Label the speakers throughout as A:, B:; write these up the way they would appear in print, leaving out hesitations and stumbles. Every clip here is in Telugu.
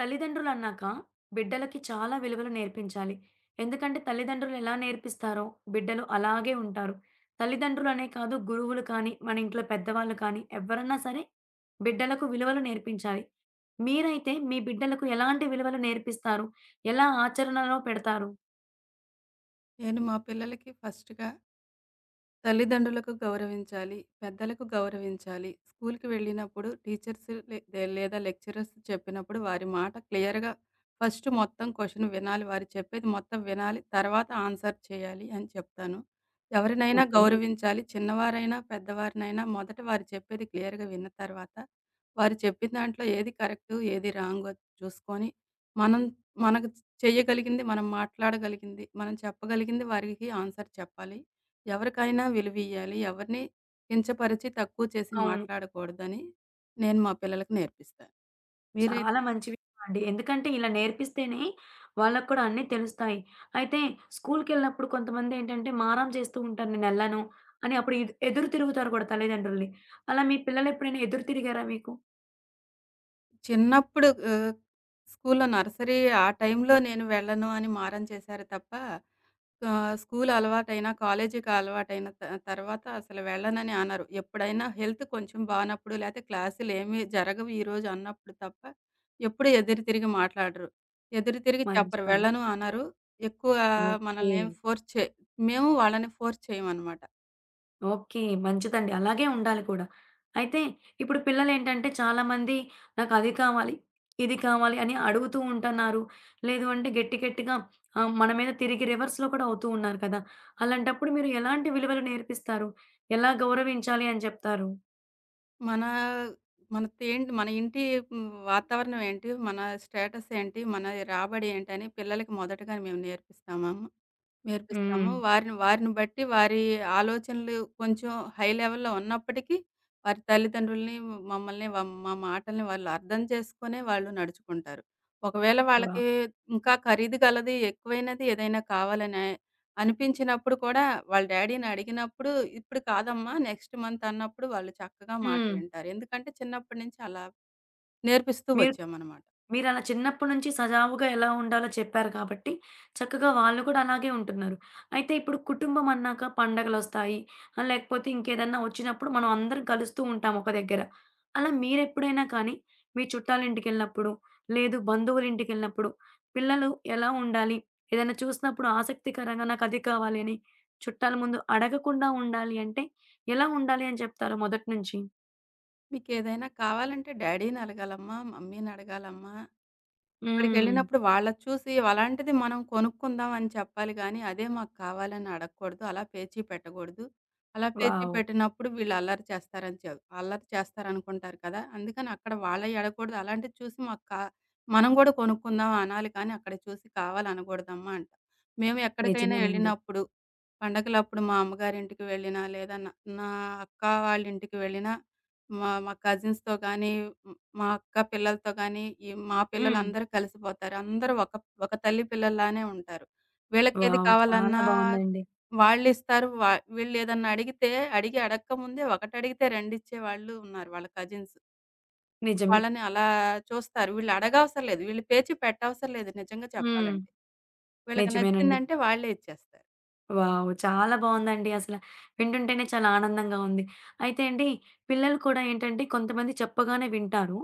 A: తల్లిదండ్రులన్నాక బిడ్డలకి చాలా విలువలు నేర్పించాలి. ఎందుకంటే తల్లిదండ్రులెలా నేర్పిస్తారో బిడ్డలు అలాగే ఉంటారు. తల్లిదండ్రులనే కాదు గురువులు కానీ, మన ఇంట్లో పెద్దవాళ్ళు కానీ ఎవ్వరన్నా సరే బిడ్డలకు విలువలు నేర్పించాలి. మీరైతే మీ బిడ్డలకు ఎలాంటి విలువలు నేర్పిస్తారు? ఎలా ఆచరణలో పెడతారు?
B: నేను మా పిల్లలకి ఫస్ట్‌గా తల్లిదండ్రులకు గౌరవించాలి. పెద్దలకు గౌరవించాలి. స్కూల్‌కి వెళ్ళినప్పుడు టీచర్స్ లే లే లేదా లెక్చరర్స్ చెప్పినప్పుడు వారి మాట క్లియర్‌గా ఫస్ట్ మొత్తం క్వెషన్ వినాలి. వారు చెప్పేది మొత్తం వినాలి. తర్వాత ఆన్సర్ చేయాలి అని చెప్తాను. ఎవరినైనా
A: ఓకే.
B: గౌరవించాలి. చిన్నవారైనా, పెద్దవారినైనా మొదట వారు చెప్పేది క్లియర్‌గా విన్న తర్వాత వారు చెప్పిన దాంట్లో ఏది కరెక్టు, ఏది రాంగో చూసుకొని మనం మనకు చెయ్యగలిగింది, మనం మాట్లాడగలిగింది, మనం చెప్పగలిగింది వారికి ఆన్సర్ చెప్పాలి. ఎవరికైనా విలువియ్యాలి. ఎవరిని కించపరిచి, తక్కువ చేసి
A: అవును.
B: మాట్లాడకూడదని నేను మా పిల్లలకి నేర్పిస్తా.
A: చాలా
B: మీరైతే.
A: మంచి విషయం అండి. ఎందుకంటే ఇలా నేర్పిస్తేనే వాళ్ళకి కూడా అన్నీ తెలుస్తాయి. అయితే స్కూలుకెళ్ళినప్పుడు కొంతమందేంటంటే మారం చేస్తూ ఉంటారు. నేనెళ్ళను అని అప్పుడు ఎదురు తిరుగుతారు కూడా తల్లిదండ్రుల్ని. అలా మీ పిల్లలెప్పుడైనా ఎదురు తిరిగారా మీకు?
B: చిన్నప్పుడు స్కూల్లో నర్సరీ ఆ టైంలో నేను వెళ్ళను అని మారం చేశారు తప్ప, స్కూల్ అలవాటైనా, కాలేజీకి అలవాటైన తర్వాత అసలు వెళ్ళనని అనరు. ఎప్పుడైనా హెల్త్ కొంచెం బానప్పుడు, లేతే క్లాసులేమీ జరగవు ఈరోజు అన్నప్పుడు తప్ప, ఎప్పుడూ ఎదురు తిరిగి మాట్లాడరు. ఎదురు తిరిగి
A: మంచి
B: చెప్పరు.
A: పని.
B: వెళ్ళను అనరు. ఎక్కువ
A: ఓకే.
B: మనల్నేమి ఫోర్స్ చే మేము వాళ్ళని ఫోర్స్ చేయమనమాట.
A: ఓకే. మంచిదండి. అలాగే ఉండాలి కూడా. అయితే ఇప్పుడు పిల్లలేంటంటే చాలామంది నాకది కావాలి, ఇది కావాలి అని అడుగుతూ ఉంటన్నారు. లేదు అంటే గట్టి గట్టిగా మన మీద తిరిగి రివర్స్‌లో కూడా అవుతూ ఉన్నారు కదా! అలాంటప్పుడు మీరు ఎలాంటి విలువలు నేర్పిస్తారు? ఎలా గౌరవించాలి అని చెప్తారు?
B: మన మనదేంటి, మన ఇంటి వాతావరణం ఏంటి, మన స్టేటస్ ఏంటి, మన రాబడి ఏంటని పిల్లలకి మొదటగా మేము నేర్పిస్తామమ్మ.
A: హ్మ్.
B: నేర్పిస్తాము. వారిని వారిని బట్టి వారి ఆలోచనలు కొంచెం హై లెవెల్‌లో ఉన్నప్పటికీ, వారి తల్లిదండ్రులని, మమ్మల్ని, మా మాటల్ని వాళ్ళు అర్థం చేసుకునే వాళ్ళు నడుచుకుంటారు. ఒకవేళ
A: వావ్!
B: వాళ్ళకి ఇంకా ఖరీదు గలది, ఎక్కువైనది ఏదైనా కావాలనే అనిపించినప్పుడు కూడా వాళ్ళ డ్యాడీని అడిగినప్పుడు, "ఇప్పుడు కాదమ్మా, నెక్స్ట్ మంత్" అన్నప్పుడు వాళ్ళు చక్కగా మాట
A: హ్మ్.
B: వింటారు. ఎందుకంటే చిన్నప్పటి నుంచి అలా నేర్పిస్తూ
A: మీరు
B: వచ్చామనమాట.
A: మీరలా చిన్నప్పటి నుంచి సజావుగా ఎలా ఉండాలో చెప్పారు కాబట్టి, చక్కగా వాళ్ళు కూడా అలాగే ఉంటున్నారు. అయితే ఇప్పుడు కుటుంబం అన్నాక పండగలొస్తాయి, లేకపోతే ఇంకేదన్నా వచ్చినప్పుడు మనం అందరం కలుస్తూ ఉంటాం ఒక దగ్గర. అలా మీరెప్పుడైనా కానీ మీ చుట్టాలింటికెళ్ళినప్పుడు, లేదు బంధువులింటికెళ్ళినప్పుడు పిల్లలు ఎలా ఉండాలి? ఏదైనా చూసినప్పుడు ఆసక్తికరంగా నాకది కావాలి అని చుట్టాల ముందు అడగకుండా ఉండాలి అంటే ఎలా ఉండాలి అని చెప్తారు మొదటి నుంచి?
B: "మీకేదైనా కావాలంటే డ్యాడీని అడగాలమ్మా, మమ్మీని అడగాలమ్మా."
A: హ్మ్.
B: అక్కడికెళ్ళినప్పుడు వాళ్ళది చూసి అలాంటిది మనం కొనుక్కుందాం అని చెప్పాలి గానీ, అదే మాకు కావాలని అడగకూడదు. అలా పేచీ పెట్టకూడదు. అలా పేచీ
A: వావ్!
B: పెట్టినప్పుడు వీళ్ళు అల్లరి చేస్తారని అల్లరి చేస్తారనుకుంటారు కదా! అందుకని అక్కడ వాళ్ళయి అడగకూడదు. అలాంటిది చూసి మాకు మనం గూడా కొనుక్కుందాం అనాలి కానీ, అక్కడ చూసి కావాలనకూడదమ్మా అంటాం. మేము ఎక్కడికైనా
A: నిజమేనండి.
B: ఎళ్ళినప్పుడు, పండగలప్పుడు మా అమ్మగారింటికి వెళ్ళినా, లేదా నా నా అక్క వాళ్ళ ఇంటికి వెళ్ళినా, మా మా కజిన్స్‌తో గానీ, మా అక్క పిల్లలతో గానీ, ఈ మా
A: హ్మ్.
B: పిల్లలందరూ కలిసిపోతారు. అందరూ ఒక ఒక తల్లి పిల్లల్లానే ఉంటారు. వీళ్ళకేది
A: వావ్! చాలా
B: కావాలన్నా
A: బావుందండి.
B: వాళ్ళిస్తారు. వీళ్ళేదన్నా అడిగితే, అడిగి అడక్క ముందే ఒకటడిగితే రెండిచ్చేవాళ్ళు ఉన్నారు వాళ్ళ కజిన్స్.
A: నిజమే.
B: వాళ్ళని అలా చూస్తారు. వీళ్ళు అడగవసరం లేదు. వీళ్ళు పేచి పెట్టవసరం లేదు నిజంగా
A: హ్మ్.
B: చెప్పాలంటే. వీళ్ళకి
A: నిజమేనండి.
B: నచ్చిందంటే వాళ్ళే ఇచ్చేస్తారు.
A: వావ్! చాలా బావుందండి అసల. వింటుంటేనే చాలా ఆనందంగా ఉంది. అయితే అండి, పిల్లలు కూడా ఏంటంటే కొంతమంది చెప్పగానే వింటారు.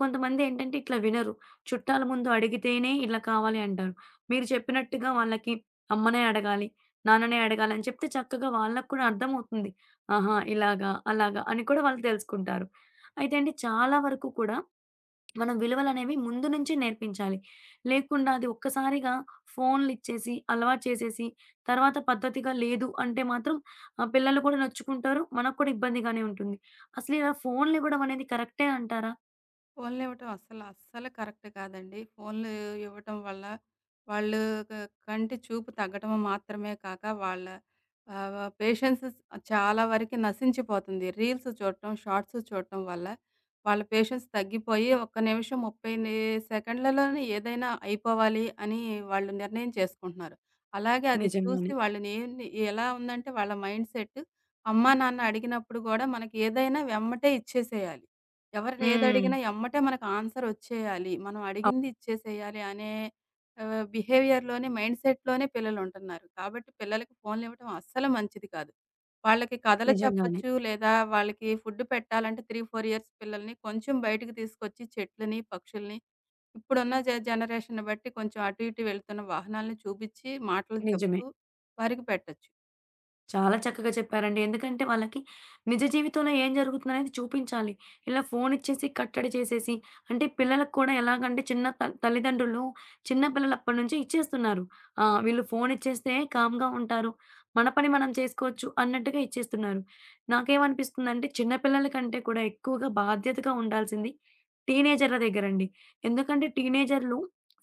A: కొంతమంది ఏంటంటే ఇట్లా వినరు. చుట్టాల ముందు అడిగితేనే ఇలా కావాలి అంటారు. మీరు చెప్పినట్టుగా వాళ్ళకి అమ్మనే అడగాలి, నాన్ననే అడగాలి అని చెప్తే చక్కగా వాళ్ళకి కూడా అర్థమవుతుంది. ఆహా! ఇలాగా, అలాగా అని కూడా వాళ్ళు తెలుసుకుంటారు. అయితే అండి, చాలా వరకు కూడా మనం విలువలనేవి ముందు నుంచే నేర్పించాలి. లేకుండా అది ఒక్కసారిగా ఫోన్‌లిచ్చేసి, అలవాటు చేసేసి, తర్వాత పద్ధతిగా లేదు అంటే మాత్రం పిల్లలు కూడా నొచ్చుకుంటారు. మనకు కూడా ఇబ్బందిగానే ఉంటుంది. అసలు ఇలా ఫోన్‌లివ్వడం అనేది కరెక్టే అంటారా?
B: ఫోన్లు ఇవ్వటం అస్సలు, అస్సలు కరెక్ట్ కాదండి. ఫోన్లు ఇవ్వటం వల్ల వాళ్ళు క కంటి చూపు తగ్గటం మాత్రమే కాక, వాళ్ళ పేషెన్స్ చాలా వరకు నశించిపోతుంది. రీల్స్ చూడటం, షార్ట్స్ చూడటం వల్ల వాళ్ళ పేషెన్స్ తగ్గిపోయి, ఒక్క నిమిషం 30 సెకండ్లలోనే ఏదైనా అయిపోవాలి అని వాళ్ళు నిర్ణయం చేసుకుంటున్నారు. అలాగే అది చూసి
A: నిజంగానే.
B: వాళ్ళని ఏంది, ఎలా ఉందంటే వాళ్ళ మైండ్‌సెట్, అమ్మా, నాన్న అడిగినప్పుడు గూడా మనకి ఏదైనా వెమ్మటే ఇచ్చేసేయాలి. ఎవరిని
A: హ్మ్.
B: ఏదడిగినా ఎమ్మటే మనకు ఆన్సర్ వచ్చేయాలి. మనం
A: అవ్
B: అడిగింది ఇచ్చేసేయాలి అనే బిహేవియర్‌లోనే, మైండ్ సెట్‌లోనే పిల్లలుంటున్నారు. కాబట్టి పిల్లలకి ఫోన్‌లివ్వటం అస్సలు మంచిది కాదు. వాళ్ళకి కథలు
A: నిజంగానే.
B: చెప్పొచ్చు, లేదా వాళ్ళకి ఫుడ్ పెట్టాలంటే 3, 4 ఇయర్స్ పిల్లల్ని కొంచెం బయటకి తీసుకొచ్చి చెట్లని, పక్షుల్ని, ఇప్పుడున్న జనరేషన్‌ని బట్టి కొంచెం అటు ఇటు వెళ్తున్న వాహనాలను చూపిచ్చి మాటలు
A: నిజమే.
B: చెప్తూ వారికి పెట్టొచ్చు.
A: చాలా చక్కగా చెప్పారండి. ఎందుకంటే వాళ్ళకి నిజ జీవితంలో ఏం జరుగుతుందనేది చూపించాలి. ఇలా ఫోన్ ఇచ్చేసి, కట్టడి చేసేసి అంటే పిల్లలకు కూడా ఎలాగంటే చిన్న తల్లిదండ్రులు చిన్న పిల్లలప్పటి నుంచి ఇచ్చేస్తున్నారు. ఆ! వీళ్ళు ఫోన్ ఇచ్చేస్తే కామ్‌గా ఉంటారు. మన పని మనం చేసుకోవచ్చు అన్నట్టుగా ఇచ్చేస్తున్నారు. నాకేమనిపిస్తుందంటే చిన్న పిల్లల కంటే కూడా ఎక్కువగా బాధ్యతగా ఉండాల్సింది టీనేజర్‌ల దగ్గరండి. ఎందుకంటే టీనేజర్‌లు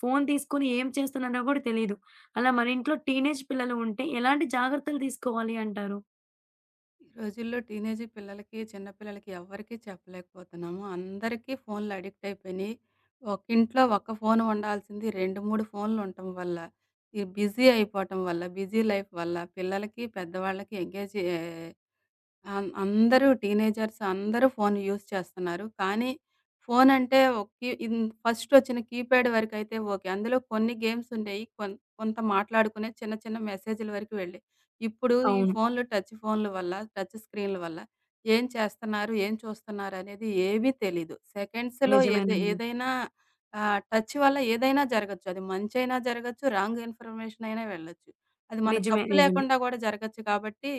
A: ఫోన్ తీసుకొని ఏం చేస్తున్నారో గూడా తెలీదు. అలా మన ఇంట్లో టీనేజ్ పిల్లలు ఉంటే ఎలాంటి జాగ్రత్తలు తీసుకోవాలి అంటారు?
B: ఈ రోజుల్లో టీనేజీ పిల్లలకి, చిన్న పిల్లలకి ఎవ్వరికీ చెప్పలేకపోతున్నాము. అందరికీ ఫోన్‌లు అడిక్ట్ అయిపోయినాయి. ఒకింట్లో ఒక్క ఫోను ఉండాల్సింది 2, 3 ఫోన్‌లు ఉండటం వల్ల, ఈ బిజీ అయిపోవటం వల్ల, బిజీ లైఫ్ వల్ల పిల్లలకి, పెద్దవాళ్ళకి ఎంగేజ్ ఏ అన్ అందరూ టీనేజర్స్ అందరూ ఫోన్ యూజ్ చేస్తున్నారు. కానీ, ఫోన్ అంటే ఒక కీ ఇన్, ఫస్టొచ్చిన కీప్యాడ్ వరకైతే ఓకే. అందులో కొన్ని గేమ్స్ ఉండేయి. కొంత మాట్లాడుకునే చిన్న చిన్న మెసేజుల వరకు వెళ్ళేయి. ఇప్పుడు ఈ
A: అవును.
B: ఫోన్లు, టచ్ ఫోన్ల వల్ల, టచ్ స్క్రీన్ల వల్ల ఏం చేస్తన్నారు, ఏం చూస్తున్నారనేది ఏమీ తెలీదు. సెకండ్స్‌లో
A: నిజమేనండి.
B: ఏదైనా టచ్ వల్ల ఏదైనా జరగొచ్చు. అది మంచైనా జరగొచ్చు, రాంగ్ ఇన్ఫర్మేషన్ అయినా వెళ్ళొచ్చు. అది మన
A: నిజమే.
B: తప్పు
A: నిజమే.
B: లేకుండా గూడా జరగొచ్చు కాబట్టి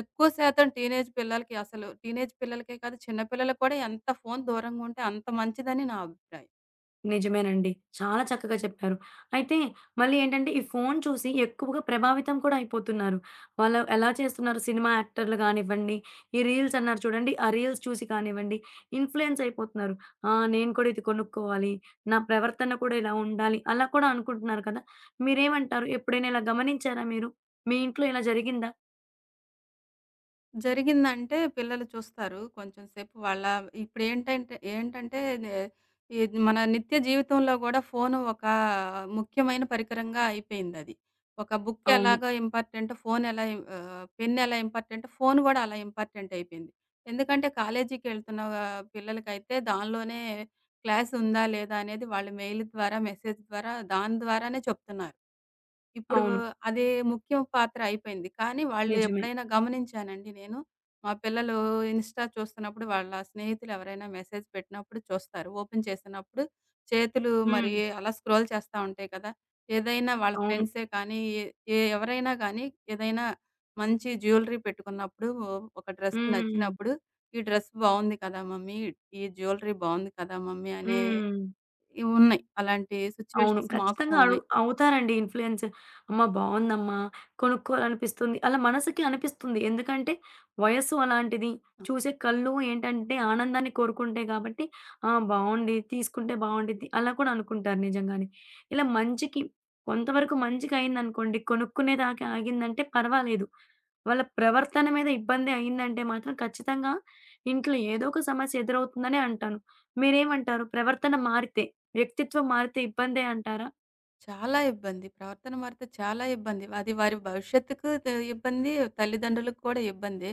B: ఎక్కువ శాతం టీనేజ్ పిల్లలకి, అసలు టీనేజ్ పిల్లలకే కాదు, చిన్న పిల్లలకి కూడా ఎంత ఫోను దూరంగుంటే అంత మంచిదని నా అభిప్రాయం.
A: నిజమేనండి. చాలా చక్కగా చెప్పారు. అయితే మళ్ళీ ఏంటంటే ఈ ఫోను చూసి ఎక్కువగా ప్రభావితం కూడా అయిపోతున్నారు. వాళ్ళు ఎలా చేస్తున్నారు సినిమా యాక్టర్‌లు గానివ్వండి, ఈ రీల్స్ అన్నారు చూడండి. ఆ రీల్స్ చూసి కానివ్వండి ఇన్‌ఫ్లూయెన్స్ అయిపోతున్నారు. ఆ! నేను కూడా ఇది కొనుక్కోవాలి. నా ప్రవర్తన కూడా ఇలా ఉండాలి. అలా కూడా అనుకుంటున్నారు కదా! మీరేమంటారు? ఎప్పుడైనా ఇలా గమనించారా మీరు? మీ ఇంట్లో ఇలా జరిగిందా?
B: జరిగిందంటే పిల్లలు చూస్తారు. కొంచెం సేపు వాళ్ళ ఇప్పుడేంటంటే ఏంటంటే ఏంటంటే నే ఇది మన నిత్య జీవితంలో గూడా ఫోను ఒక ముఖ్యమైన పరికరంగా అయిపోయిందది. ఒక బుక్
A: అవును.
B: ఎలాగా ఇంపార్టెంటో, ఫోన్ ఎలా పెన్ ఎలా ఇంపార్టెంటో ఫోన్ గూడా అలా ఇంపార్టెంట్ అయిపోయింది. ఎందుకంటే కాలేజీకెళ్తున్న పిల్లలకైతే దానిలోనే క్లాస్ ఉందా లేదా అనేది వాళ్ళు మెయిల్ ద్వారా, మెసేజ్ ద్వారా, దాని ద్వారానే చెప్తున్నారు. ఇప్పుడు
A: అవును.
B: అదే ముఖ్య పాత్ర అయిపోయింది. కానీ వాళ్ళు
A: నిజమే.
B: ఎప్పుడైనా గమనించానండి నేను. మా పిల్లలు ఇన్‌స్టా చూస్తున్నప్పుడు వాళ్ళ స్నేహితులు ఎవరైనా మెసేజ్ పెట్టినప్పుడు చూస్తారు. ఓపెన్ చేసినప్పుడు చేతులు మరి
A: హ్మ్.
B: అలా స్క్రోల్ చేస్తా ఉంటాయి కదా! ఏదైనా వాళ్ళ
A: అవును.
B: ఫ్రెండ్సే కానీ, ఏ ఏ ఎవరైనా కానీ ఏదైనా మంచి జ్యువెలరీ పెట్టుకున్నప్పుడు, ఒక డ్రెస్
A: హ్మ్.
B: నచ్చినప్పుడు, "ఈ డ్రెస్ బావుంది కదా మమ్మీ! ఈ జ్యువెలరీ బావుంది కదా మమ్మీ!" అనే
A: హ్మ్.
B: ఇవున్నాయి. అలాంటి
A: అవును.
B: సిట్యుయేషన్స్ మాకు
A: ఖచ్చితంగా
B: ఉన్నాయి.
A: అవుతారండి ఇన్‌ఫ్లూయెన్స్. అమ్మ! బావుందమ్మా! కొనుక్కోవాలనిపిస్తుంది. అలా మనసుకి అనిపిస్తుంది. ఎందుకంటే వయస్సు అలాంటిది.
B: ఆ!
A: చూసే కళ్ళు ఏంటంటే ఆనందాన్ని కోరుకుంటాయి కాబట్టి, ఆ! బావుంది. తీసుకుంటే బావుండిద్ది. అలా కూడా అనుకుంటారు నిజంగానే. ఇలా మంచికి కొంతవరకు మంచికయిందనుకోండి. కొనుక్కునే దాకా ఆగిందంటే పర్వాలేదు. వాళ్ళ ప్రవర్తన మీద ఇబ్బంది అయిందంటే మాత్రం ఖచ్చితంగా ఇంట్లో ఏదో ఒక సమస్య ఎదురవుతుందనే అంటాను. మీరేమంటారు ప్రవర్తన మారితే? వ్యక్తిత్వం మారితే ఇబ్బందే అంటారా?
B: చాలా ఇబ్బంది. ప్రవర్తన మారితే చాలా ఇబ్బంది. అది వారి భవిష్యత్తుకు ఇబ్బంది, తల్లిదండ్రులకు కూడా ఇబ్బందే.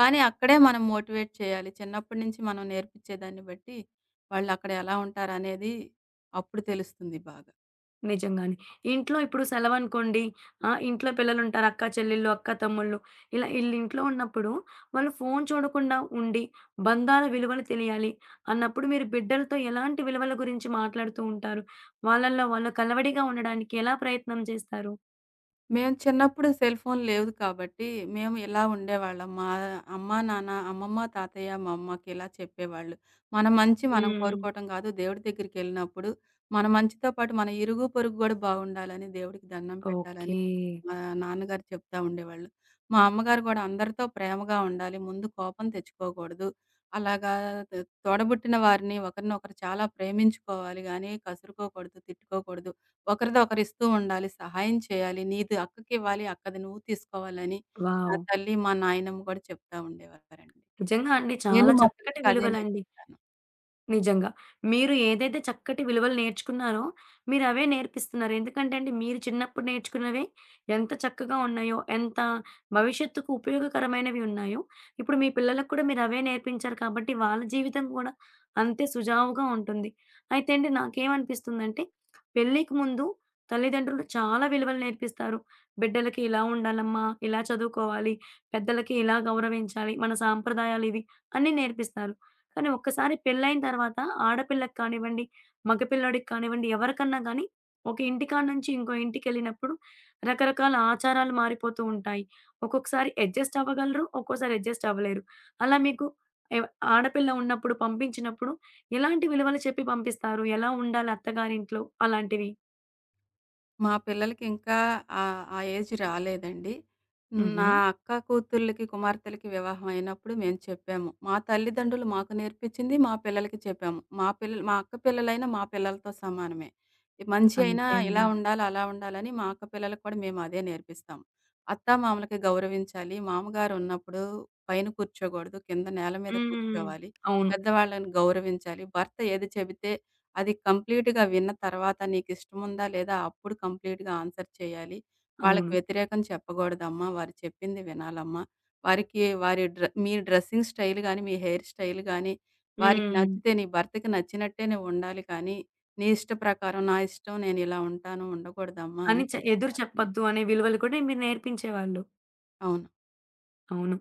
B: కానీ అక్కడే మనం మోటివేట్ చేయాలి. చిన్నప్పటి నుంచి మనం నేర్పించే దాన్ని బట్టి వాళ్ళక్కడ ఎలా ఉంటారనేది అప్పుడు తెలుస్తుంది బాగా.
A: నిజంగానే. ఇంట్లో ఇప్పుడు సెలవనుకోండి, ఇంట్లో పిల్లలుంటారు. అక్క చెల్లెళ్ళు, అక్క తమ్ముళ్ళు ఇలా ఈళ్ళింట్లో ఉన్నప్పుడు వాళ్ళు ఫోను చూడకుండా ఉండి, బంధాల విలువలు తెలియాలి అన్నప్పుడు మీరు బిడ్డలతో ఎలాంటి విలువల గురించి మాట్లాడుతూ ఉంటారు? వాళ్ళలో వాళ్ళు కలవడిగా ఉండడానికి ఎలా ప్రయత్నం చేస్తారు?
B: మేము చిన్నప్పుడు సెల్ ఫోన్ లేదు కాబట్టి మేము ఇలా ఉండేవాళ్ళం. మా అమ్మా, నాన్న, అమ్మమ్మ, తాతయ్య, మా అమ్మకి ఇలా చెప్పేవాళ్ళు. మన మంచి మనం
A: హ్మ్.
B: కోరుకోవటం కాదు. దేవుడి దగ్గరికెళ్ళినప్పుడు మన మంచితో పాటు మన ఇరుగు పొరుగు కూడా బాగుండాలని దేవుడికి దండం పెట్టాలని
A: ఓకే.
B: మా నాన్నగారు చెప్తా ఉండేవాళ్ళు. మా అమ్మగారు గూడా అందరితో ప్రేమగా ఉండాలి, ముందు కోపం తెచ్చుకోకూడదు, అలాగా త్ తోడబుట్టిన వారిని ఒకరినొకరు చాలా ప్రేమించుకోవాలి గానీ, కసురుకోకూడదు, తిట్టుకోకూడదు. ఒకరిది ఒకరిస్తూ ఉండాలి, సహాయం చేయాలి. నీది అక్కకివ్వాలి, అక్కది నువ్వు తీసుకోవాలని నా
A: వావ్!
B: తల్లి, మా నాయనమ్మ గూడా చెప్తా ఉండేవారండి.
A: నిజంగా అండి.
B: నేను
A: చాలా
B: మా
A: చక్కటి
B: పిల్లలకి అదే
A: విలువలండి.
B: నేర్పించాను.
A: నిజంగా. మీరు ఏదైతే చక్కటి విలువలు నేర్చుకున్నారో, మీరవే నేర్పిస్తున్నారు. ఎందుకంటే అండి, మీరు చిన్నప్పుడు నేర్చుకున్నవే ఎంత చక్కగా ఉన్నాయో, ఎంత భవిష్యత్తుకు ఉపయోగకరమైనవి ఉన్నాయో, ఇప్పుడు మీ పిల్లలకు కూడా మీరవే నేర్పించారు కాబట్టి, వాళ్ళ జీవితం కూడా అంతే సుజావుగా ఉంటుంది. అయితే అండి, నాకేమనిపిస్తుందంటే, పెళ్ళికి ముందు తల్లిదండ్రులు చాలా విలువలు నేర్పిస్తారు. బిడ్డలకి ఇలా ఉండాలమ్మా, ఇలా చదువుకోవాలి, పెద్దలకి ఇలా గౌరవించాలి, మన సాంప్రదాయాలివి అన్నీ నేర్పిస్తారు. కానీ ఒక్కసారి పెళ్ళైన తర్వాత ఆడపిల్లకి కానివ్వండి, మగ పిల్లోడికి కానివ్వండి, ఎవరికన్నా గానీ ఒక ఇంటికాడ నుంచి ఇంకో ఇంటికెళ్ళినప్పుడు రకరకాల ఆచారాలు మారిపోతూ ఉంటాయి. ఒక్కొక్కసారి అడ్జస్ట్ అవ్వగలరు. ఒక్కోసారి అడ్జస్ట్ అవ్వలేరు. అలా మీకు ఎవ్ ఆడపిల్ల ఉన్నప్పుడు పంపించినప్పుడు ఎలాంటి విలువలు చెప్పి పంపిస్తారు? ఎలా ఉండాలి అత్తగారింట్లో అలాంటివి?
B: మా పిల్లలకింకా ఆ ఆ ఏజ్ రాలేదండి.
A: హుహు.
B: నా అక్క కూతుర్లకి, కుమార్తెలకి వివాహం అయినప్పుడు మేము చెప్పాము. మా తల్లిదండ్రులు మాకు నేర్పించింది మా పిల్లలకి చెప్పాము. మా పిల్లలు, మా అక్క పిల్లలైనా మా పిల్లలతో సమానమే. ఈ మంచి అయినా
A: అంతే
B: ఇలా
A: అండి.
B: ఉండాలి, అలా ఉండాలని మా అక్క పిల్లలకి కూడా మేము అదే నేర్పిస్తాం. అత్తామామలకి గౌరవించాలి. మామగారు ఉన్నప్పుడు పైన కూర్చోకూడదు. కింద నేల మీద
A: హ్మ్.
B: కూర్చోవాలి.
A: అవును.
B: పెద్దవాళ్ళని గౌరవించాలి. భర్త ఏది చెబితే అది కంప్లీట్‌గా విన్న తర్వాత నీకిష్టముందా లేదా అప్పుడు కంప్లీట్‌గా ఆన్సర్ చేయాలి. వాళ్ళకి
A: అవును.
B: వ్యతిరేకం చెప్పగూడదమ్మా! వారు చెప్పింది వినాలమ్మా! వారికి వారి మీ డ్రెస్సింగ్ స్టైల్ గాని, మీ హెయిర్ స్టైల్ గాని వారికి
A: హ్మ్.
B: నచ్చితే, నీ భర్తకి నచ్చినట్టే నువ్వుండాలి కానీ, నీ ఇష్ట ప్రకారం నా ఇష్టం నేనిలా ఉంటాను ఉండకూడదమ్మా!
A: అని
B: అని
A: చె ఎదురు
B: చెప్పేవాళ్ళం మేము.
A: చెప్పొద్దు అనే విలువలు కూడా మీరు నేర్పించేవాళ్ళు.
B: అవును.
A: అవును.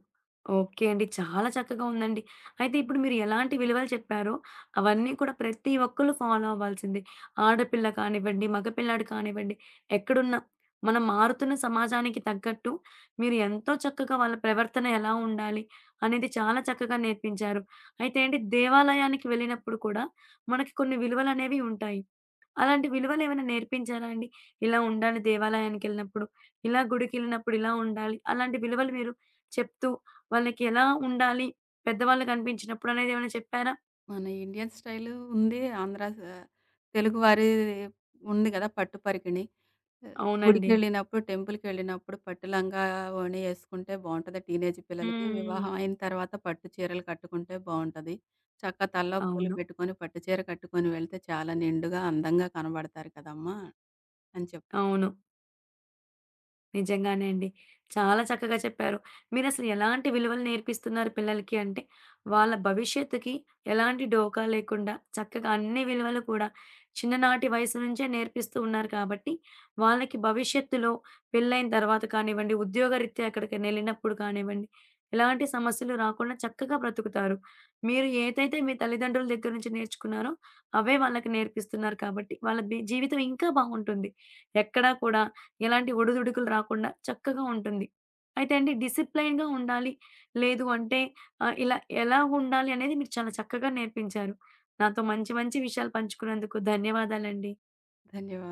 A: ఓకే అండి. చాలా చక్కగా ఉందండి. అయితే ఇప్పుడు మీరు ఎలాంటి విలువలు చెప్పారో, అవన్నీ కూడా ప్రతి ఒక్కళ్ళు ఫాలో అవ్వాల్సిందే. ఆడపిల్ల కానివ్వండి, మగపిల్లాడు కానివ్వండి, ఎక్కడున్నా మనం మారుతున్న సమాజానికి తగ్గట్టు మీరు ఎంతో చక్కగా వాళ్ళ ప్రవర్తన ఎలా ఉండాలి అనేది చాలా చక్కగా నేర్పించారు. అయితే అండి, దేవాలయానికి వెళ్ళినప్పుడు కూడా మనకి కొన్ని విలువలనేవి ఉంటాయి. అలాంటి విలువలేమైనా నేర్పించారా అండి? ఇలా ఉండాలి దేవాలయానికెళ్ళినప్పుడు, ఇలా గుడికెళ్ళినప్పుడు ఇలా ఉండాలి. అలాంటి విలువలు మీరు చెప్తూ వాళ్ళకి ఎలా ఉండాలి పెద్దవాళ్ళు కనిపించినప్పుడు అనేది ఏమైనా చెప్పారా?
B: మన ఇండియన్ స్టైలు ఉంది. ఆంధ్ర స తెలుగువారి ఉంది గదా! పట్టు పరికిణి. ఆహ్,
A: అవునండి.
B: గుడికెళ్ళినప్పుడు, టెంపుల్‌కెళ్ళినప్పుడు పట్టు లంగా ఓణి యేసుకుంటే బావుంటది. టీనేజ్ పిల్లలకి
A: హ్మ్.
B: వివాహం అయిన తర్వాత పట్టు చీరలు కట్టుకుంటే బావుంటది. చక్క తలలో పూలు
A: అవును.
B: పెట్టుకొని, పట్టు చీర కట్టుకొని వెళ్తే చాలా నిండుగా, అందంగా కనబడతారు కదమ్మా! అని చెప్తాం.
A: అవును. నిజంగానే అండి. చాలా చక్కగా చెప్పారు. మీరసలు ఎలాంటి విలువలు నేర్పిస్తున్నారు పిల్లలకి అంటే, వాళ్ళ భవిష్యత్తుకి ఎలాంటి డోకా లేకుండా చక్కగా అన్ని విలువలు కూడా చిన్ననాటి వయసు నుంచే నేర్పిస్తూ ఉన్నారు కాబట్టి, వాళ్ళకి భవిష్యత్తులో పెళ్ళైన తర్వాత కానివ్వండి, ఉద్యోగరీత్యా ఎక్కడికైనా ఎళ్ళినప్పుడు కానివ్వండి, ఎలాంటి సమస్యలు రాకుండా చక్కగా బ్రతుకుతారు. మీరు ఏదైతే మీ తల్లిదండ్రుల దగ్గర నుంచి నేర్చుకున్నారో, అవే వాళ్ళకి నేర్పిస్తున్నారు కాబట్టి, వాళ్ళ జీవితం ఇంకా బాగుంటుంది. ఎక్కడా కూడా ఎలాంటి ఒడిదుడుకులు రాకుండా చక్కగా ఉంటుంది. అయితే అండి, డిసిప్లైన్‌గా ఉండాలి. లేదు అంటే ఇలా ఎలా ఉండాలి అనేది మీరు చాలా చక్కగా నేర్పించారు. నాతో మంచి మంచి విషయాలు పంచుకున్నందుకు ధన్యవాదాలండి.
B: ధన్యవాదాలు.